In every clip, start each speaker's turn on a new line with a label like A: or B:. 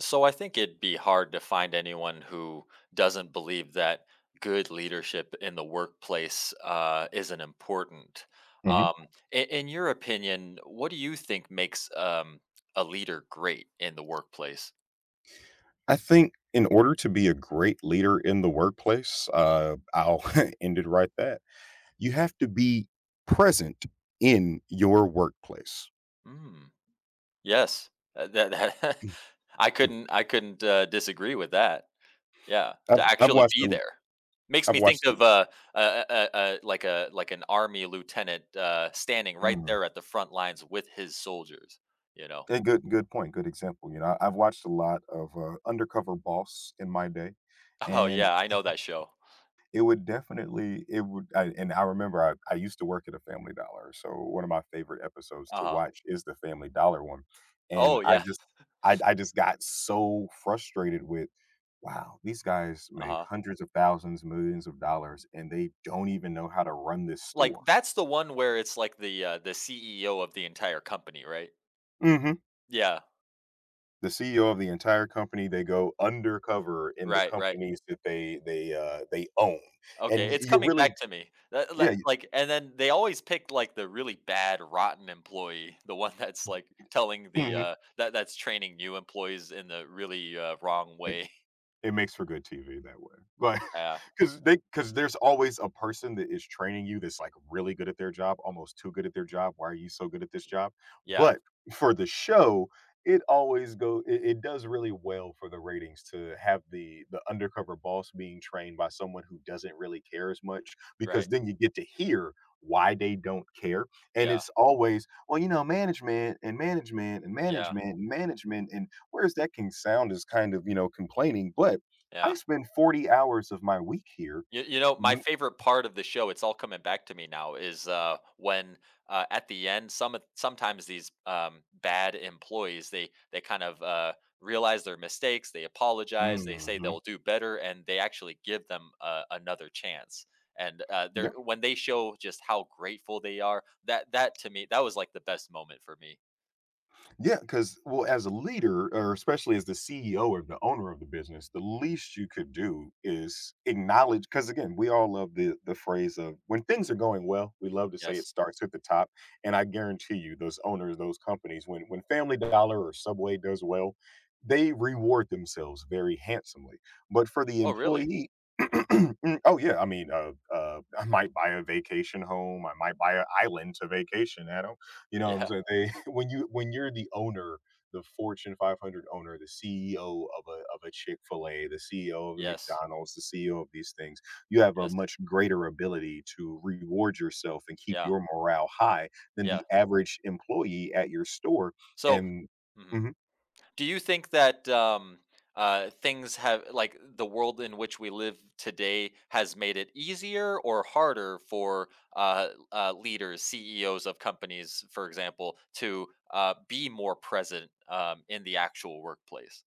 A: So I think it'd be hard to find anyone who doesn't believe that good leadership in the workplace isn't important.
B: Mhm.
A: In your opinion, what do you think makes a leader great in the workplace?
B: I think in order to be a great leader in the workplace, I'll end it right there. You have to be present in your workplace.
A: Mm, yes, uh, that, that I couldn't I couldn't uh, disagree with that. Yeah,
B: I've
A: to
B: I've
A: actually
B: watched
A: be
B: a
A: there. Makes
B: I've
A: me think
B: watched a
A: of, a a like an army lieutenant, standing right
B: mhm.
A: there at the front lines with his soldiers, you know?
B: A good point, good example, you know, I've watched a lot of, Undercover Boss in my day,
A: Oh,
B: and
A: yeah, I know that show.
B: It would definitely it would I and I remember I used to work at a Family Dollar, so one of my favorite episodes to
A: Uh-huh.
B: watch is the Family Dollar one, and
A: Oh, yeah,
B: I just got so frustrated with, "Wow, these guys make
A: uh-huh.
B: hundreds of thousands, millions of dollars, and they don't even know how to run this
A: Like,
B: store."
A: that's the one where it's like the CEO of the entire company, right?
B: Mhm.
A: Yeah.
B: The CEO of the entire company, they go undercover in the
A: Right, right.
B: companies that they own, and
A: Okay,
B: y
A: it's
B: you
A: coming back
B: really
A: to me. That
B: Yeah,
A: that
B: y
A: like and then they always pick, like, the really bad, rotten employee, the one that's, like, telling the,
B: mhm.
A: that that's training new employees in the really, wrong way.
B: It makes for good TV that way. Like,
A: Yeah,
B: because there's always a person that is training you that's, like, really good at their job, almost too good at their job, "Why are you so good at this job?"
A: yeah,
B: But for the show, it always go it it does really well for the ratings to have the undercover boss being trained by someone who doesn't really care as much, because
A: right.
B: then you get to hear why they don't care, and
A: Yeah,
B: it's always, "Well, you know, management and management and
A: yeah,
B: management and management." and Whereas that can sound as kind of, you know, complaining, but
A: yeah,
B: I
A: yeah.
B: spend 40 hours of my week here.
A: You know, my
B: Mm,
A: favorite part of the show, it's all coming back to me now, is, when, at the end, sometimes these, bad employees, they kind of, realize their mistakes, they apologize, they say they'll
B: mhm.
A: do better, and they actually give them a another chance, and, they're when they show just how grateful they are, that to me that was, like, the best moment for me.
B: Yeah, because well, as a leader, or especially as the CEO or the owner of the business, the least you could do is acknowledge. Because again, we all love the phrase of when things are going well, we love to say
A: Yes.
B: it starts at the top. And I guarantee you, those owners, those companies, when Family Dollar or Subway does well, they reward themselves very handsomely. But for the
A: Oh, really?
B: employee. Mm, oh yeah, I mean, I might buy a vacation home. I might buy an island to vacation at. You know what I'm
A: Yeah.
B: saying? They when you're the owner, the Fortune 500 owner, the CEO of a Chick-fil-A, the CEO of a
A: Yes.
B: McDonald's, the CEO of these things, you have a
A: Yes.
B: much greater ability to reward yourself and keep
A: Yeah.
B: your morale high than
A: Yeah.
B: the average employee at your store,
A: So.
B: and
A: Mhm.
B: Mhm.
A: Do you think that things have like the world in which we live today has made it easier or harder for leaders, CEOs of companies, for example, to be more present in the actual workplace?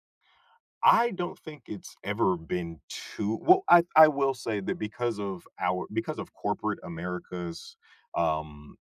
B: I don't think it's ever been too well, I will say that because of corporate America's, um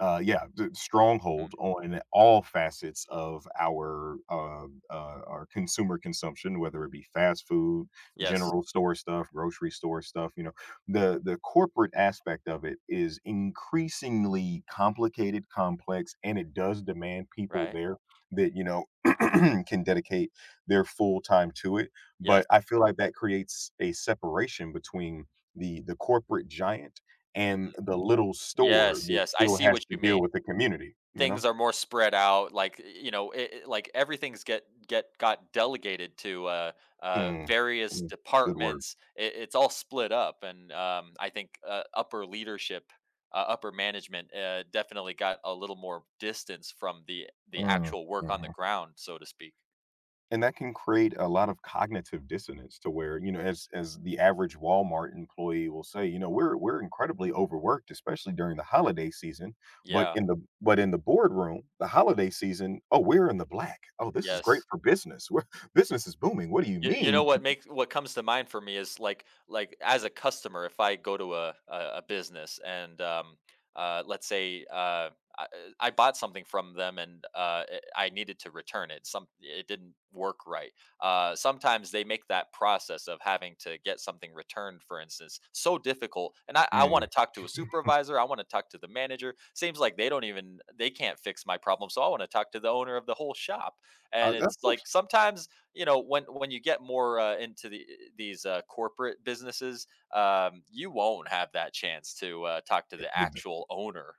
B: Yeah, the stronghold
A: Mm,
B: on all facets of our consumer consumption, whether it be fast food,
A: yes,
B: general store stuff, grocery store stuff, you know, the corporate aspect of it is increasingly complicated, complex, and it does demand people
A: right.
B: there that, you know, can dedicate their full time to it.
A: Yes.
B: But I feel like that creates a separation between the corporate giant
A: Mhm.
B: and the little store
A: Yes,
B: that
A: yes. I
B: still
A: see
B: has
A: what you
B: to deal
A: mean.
B: with the community, you know?
A: Things are more spread out like you know like everything's get got delegated to
B: Mm,
A: various
B: mm, good word.
A: departments. It's all split up, and I think upper leadership, upper management definitely got a little more distance from the
B: Mm,
A: actual work on the
B: mhm.
A: ground, so to speak.
B: And that can create a lot of cognitive dissonance to where, you know, as the average Walmart employee will say, you know, we're incredibly overworked, especially during the holiday season.
A: Yeah,
B: But in the boardroom, the holiday season, oh, we're in the black. Oh, this is great
A: yes.
B: for business. We're, business is booming. What do you
A: You know
B: mean?
A: what makes what comes to mind for me is like as a customer, if I go to a business and let's say I, I bought something from them, and I needed to return it, some it didn't work right. Sometimes they make that process of having to get something returned, for instance, so difficult. And I want
B: Mm,
A: to talk to a supervisor, I want to talk to the manager. Seems like they don't even they can't fix my problem, so I want to talk to the owner of the whole shop. And
B: of
A: it's
B: course,
A: like sometimes you know when you get more into these corporate businesses, you won't have that chance to talk to the
B: it-
A: actual owner.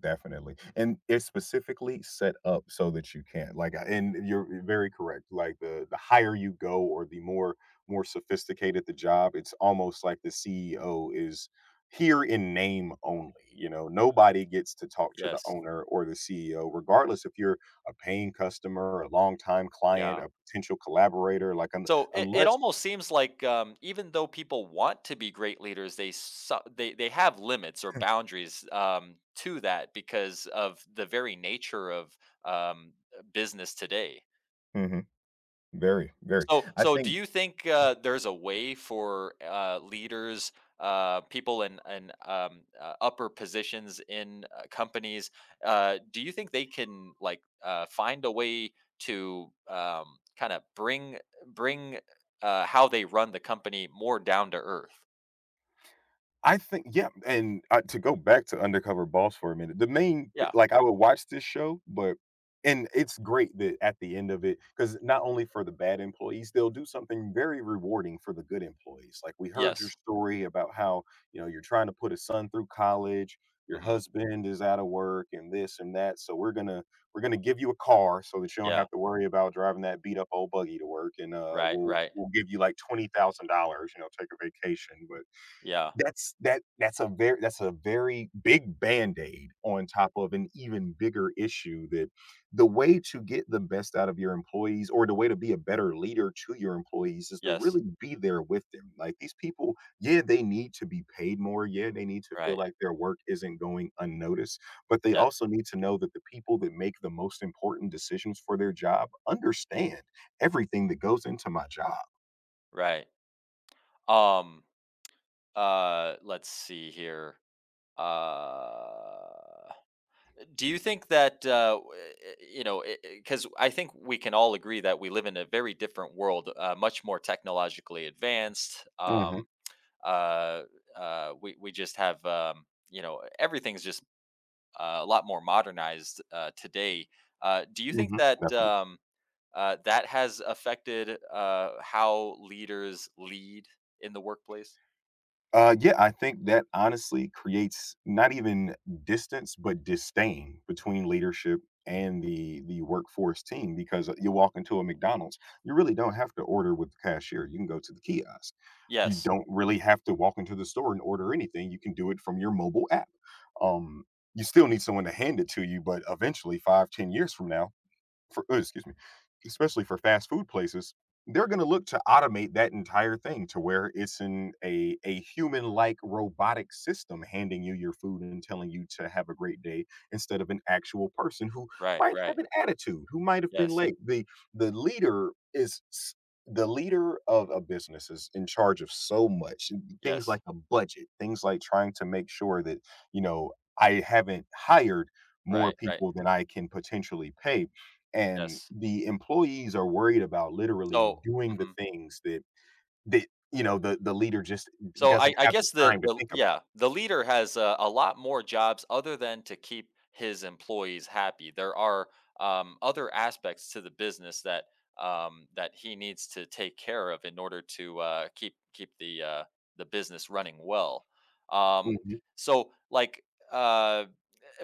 B: Definitely, and it's specifically set up so that you can't like, and you're eh, very correct. Like the higher you go, or the more sophisticated the job, it's almost like the CEO is here in name only. You know, nobody gets to talk to the
A: Yes.
B: owner or the CEO, regardless if you're a paying customer, a longtime client,
A: Yeah.
B: a potential collaborator. Like,
A: So it
B: unless
A: almost seems like even though people want to be great leaders, they have limits or boundaries to that, because of the very nature of um, business today.
B: Mhm. Very, very,
A: So,
B: I
A: so do
B: think
A: you think there's a way for leaders, people in upper positions in companies? Do you think they can like find a way to kind of bring how they run the company more down to earth?
B: I think yeah, and, to go back to Undercover Boss for a minute, the main
A: Yeah.
B: like, I would watch this show, but and it's great that at the end of it, because not only for the bad employees, they'll do something very rewarding for the good employees, like, "We heard your
A: Yes.
B: story about how, you know, you're trying to put a son through college, your
A: Hmm.
B: husband is out of work, and this and that, so we're gonna give you a car so that you don't
A: Yeah.
B: have to worry about driving that beat up old buggy to work, and,
A: Right. Right.
B: we'll give you, like, $20,000, you know, take a vacation," but
A: Yeah.
B: that's a very big Band-Aid on top of an even bigger issue that the way to get the best out of your employees or the way to be a better leader to your employees is to
A: Yes.
B: really be there with them. Like these people, yeah, they need to be paid more. Yeah, they need to feel
A: Right.
B: like their work isn't going unnoticed, but they
A: Yes.
B: also need to know that the people that make the most important decisions for their job understand everything that goes into my job.
A: Right. Um. Let's see here. Uh. Do you think that you know? Because I think we can all agree that we live in a very different world, much more technologically advanced.
B: Mhm,
A: Uh, we just have you know everything's just a lot more modernized today. Do you think
B: mhm,
A: that
B: definitely.
A: that has affected how leaders lead in the workplace?
B: Yeah, I think that honestly creates not even distance, but disdain between leadership and the workforce team because you walk into a McDonald's, you really don't have to order with the cashier. You can go to the kiosk. You
A: Yes.
B: don't really have to walk into the store and order anything. You can do it from your mobile app. Um, you still need someone to hand it to you, but eventually, 5, 10 years from now, for excuse me, especially for fast food places, they're going to look to automate that entire thing to where it's in a human-like robotic system handing you your food and telling you to have a great day instead of an actual person who
A: Right.
B: might have
A: Right.
B: an attitude, who might have been
A: Yes.
B: late. The leader is s- the leader of a business is in charge of so much things
A: Yes.
B: like a budget, things like trying to make sure that, you know, I haven't hired more
A: Right. Right.
B: people than I can potentially pay and
A: Yes.
B: the employees are worried about literally
A: So.
B: doing the
A: Mm-hmm.
B: things that you know, the leader just
A: So I
B: doesn't
A: I
B: have the
A: guess
B: time to
A: the
B: think about.
A: yeah, the leader has a lot more jobs other than to keep his employees happy. There are other aspects to the business that that he needs to take care of in order to keep keep the business running well. Um,
B: Mhm,
A: so like, uh,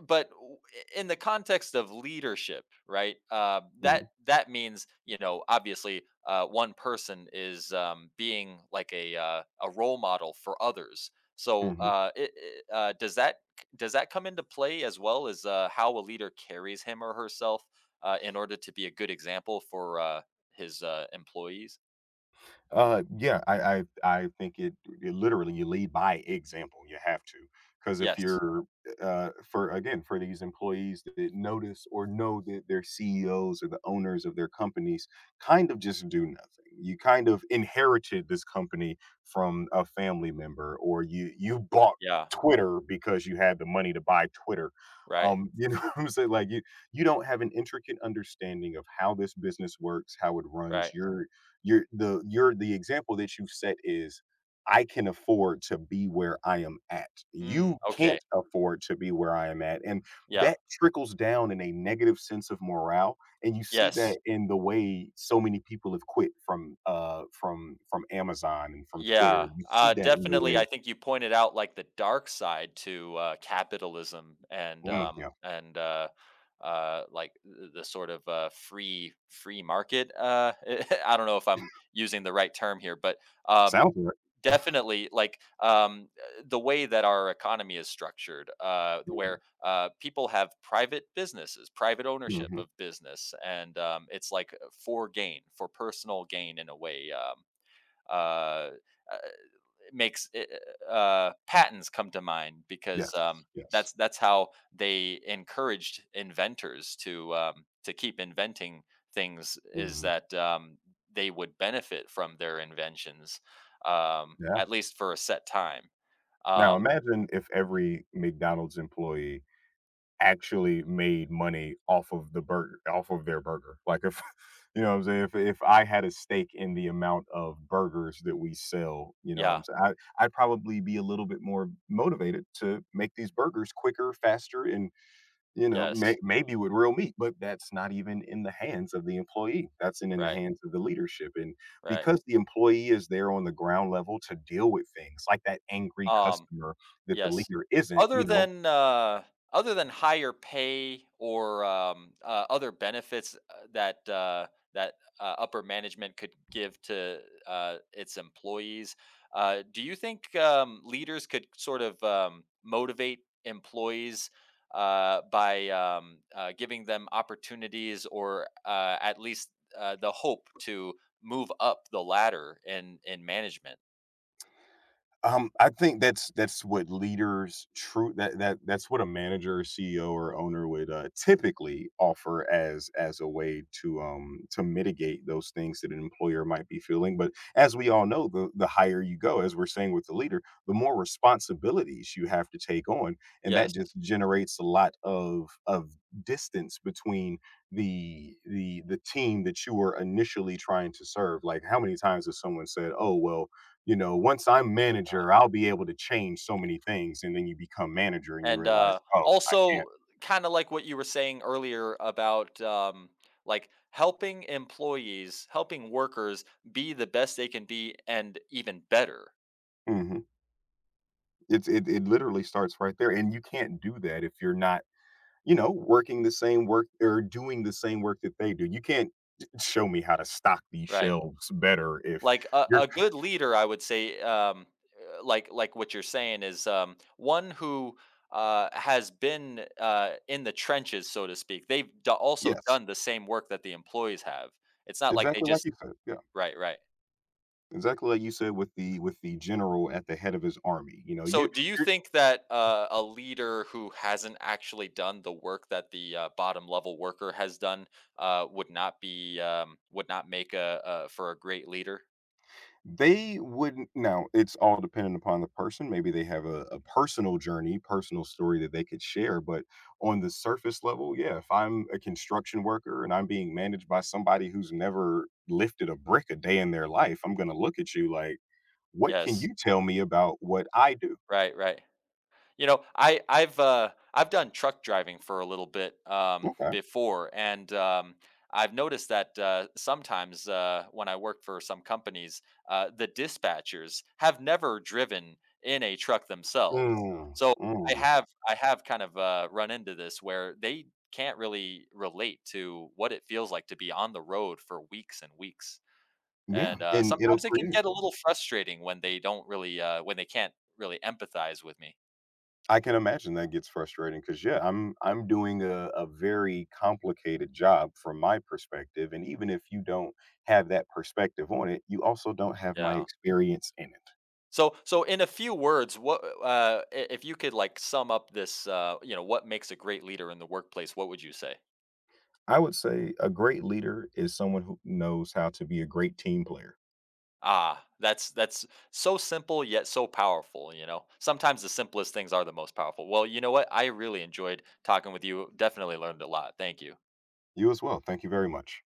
A: but w- in the context of leadership, right? That
B: mhm,
A: that means you know obviously one person is being like a role model for others. So
B: mhm.
A: does that come into play, as well as how a leader carries him or herself in order to be a good example for his employees?
B: Yeah, I think it literally you lead by example. You have to, because if
A: Yes.
B: you're, for again, for these employees that notice or know that their CEOs or the owners of their companies kind of just do nothing. You kind of inherited this company from a family member, or you bought
A: Yeah.
B: Twitter because you had the money to buy Twitter.
A: Right.
B: You know what I'm saying? Like you don't have an intricate understanding of how this business works, how it runs.
A: Right.
B: You're the example that you set is, "I can afford to be where I am at.
A: Mm,
B: You
A: okay.
B: can't afford to be where I am at," and
A: Yeah.
B: that trickles down in a negative sense of morale, and you see that
A: Yes.
B: in the way so many people have quit from, from Amazon and from
A: Yeah,
B: Twitter. You see that in the
A: definitely.
B: way
A: I think you pointed out like the dark side to capitalism and
B: Mm, yeah.
A: the sort of free free market. I don't know if I'm using the right term here, but um,
B: Sounds right.
A: definitely like the way that our economy is structured,
B: Mhm,
A: where people have private businesses, private ownership
B: mhm.
A: of business, and it's like for gain, for personal gain in a way. Uh, it makes patents come to mind, because
B: Yes, yes.
A: that's how they encouraged inventors to keep inventing things, is
B: Mhm,
A: that they would benefit from their inventions
B: yeah.
A: at least for a set time.
B: Now
A: Um,
B: imagine if
A: mhm.
B: every McDonald's employee actually made money off of the burger off of their burger. Like if you know what I'm saying, if I had a stake in the amount of burgers that we sell, you know what
A: Yeah.
B: I'm saying, I I'd probably be a little bit more motivated to make these burgers quicker, faster, and you know,
A: Yes.
B: maybe with real meat, but that's not even in the hands of the employee. That's in the
A: Right.
B: hands of the leadership. And
A: Right.
B: because the employee is there on the ground level to deal with things like that angry
A: Um,
B: customer that the
A: yes.
B: leader isn't,
A: Other
B: you know,
A: than, higher pay or, other benefits, that, upper management could give to, its employees, do you think, leaders could sort of, motivate employees, by giving them opportunities or, at least, the hope to move up the ladder in management?
B: I think that's what leaders true that that's what a manager, or CEO, or owner would typically offer as a way to mitigate those things that an employer might be feeling. But as we all know, the higher you go, as we're saying with the leader, the more responsibilities you have to take on, and that
A: Yes.
B: just generates a lot of distance between the team that you were initially trying to serve. Like how many times has someone said, "Oh well." You know, once I'm manager, I'll be able to change so many things. And then you become manager and you
A: And
B: realize, oh, I
A: also,
B: can't.
A: kind of like what you were saying earlier about like helping employees, helping workers be the best they can be and even better,
B: Hmm. It literally starts right there. And you can't do that if you're not, you know, working the same work or doing the same work that they do. You can't show me how to stock these
A: right?
B: shelves better if
A: Like
B: you're
A: a good leader, I would say, like what you're saying is one who has been in the trenches, so to speak. They've also
B: yes,
A: done the same work that the employees have. It's not like they
B: exactly like
A: just
B: you said. Yeah,
A: right, right.
B: exactly like you said with the general at the head of his army, you know,
A: So,
B: you
A: do you think that a leader who hasn't actually done the work that the bottom level worker has done would not be would not make a for a great leader?
B: They wouldn't now, it's all dependent upon the person, maybe they have a personal journey, personal story that they could share, but on the surface level, yeah, if I'm a construction worker and I'm being managed by somebody who's never lifted a brick a day in their life, I'm gonna look at you like, "What can
A: Yes,
B: you tell me about what I do?"
A: right, right. You know, I've done truck driving for a little bit
B: Okay.
A: before, and I've noticed that sometimes when I work for some companies, the dispatchers have never driven in a truck themselves.
B: Mm,
A: So I
B: mm.
A: have I have kind of run into this where they can't really relate to what it feels like to be on the road for weeks and weeks.
B: Yeah,
A: And
B: and it'll
A: sometimes it can
B: create
A: get a little frustrating when they don't really when they can't really empathize with me.
B: I can imagine that gets frustrating because yeah, I'm doing a very complicated job from my perspective. And even if you don't have that perspective on it, you also don't have my
A: Yeah.
B: experience in it.
A: So so in a few words, what if you could like sum up this you know what makes a great leader in the workplace, what would you say?
B: I would say a great leader is someone who knows how to be a great team player.
A: Ah, that's so simple yet so powerful, you know. Sometimes the simplest things are the most powerful. Well, you know what? I really enjoyed talking with you. Definitely learned a lot. Thank you.
B: You as well. Thank you very much.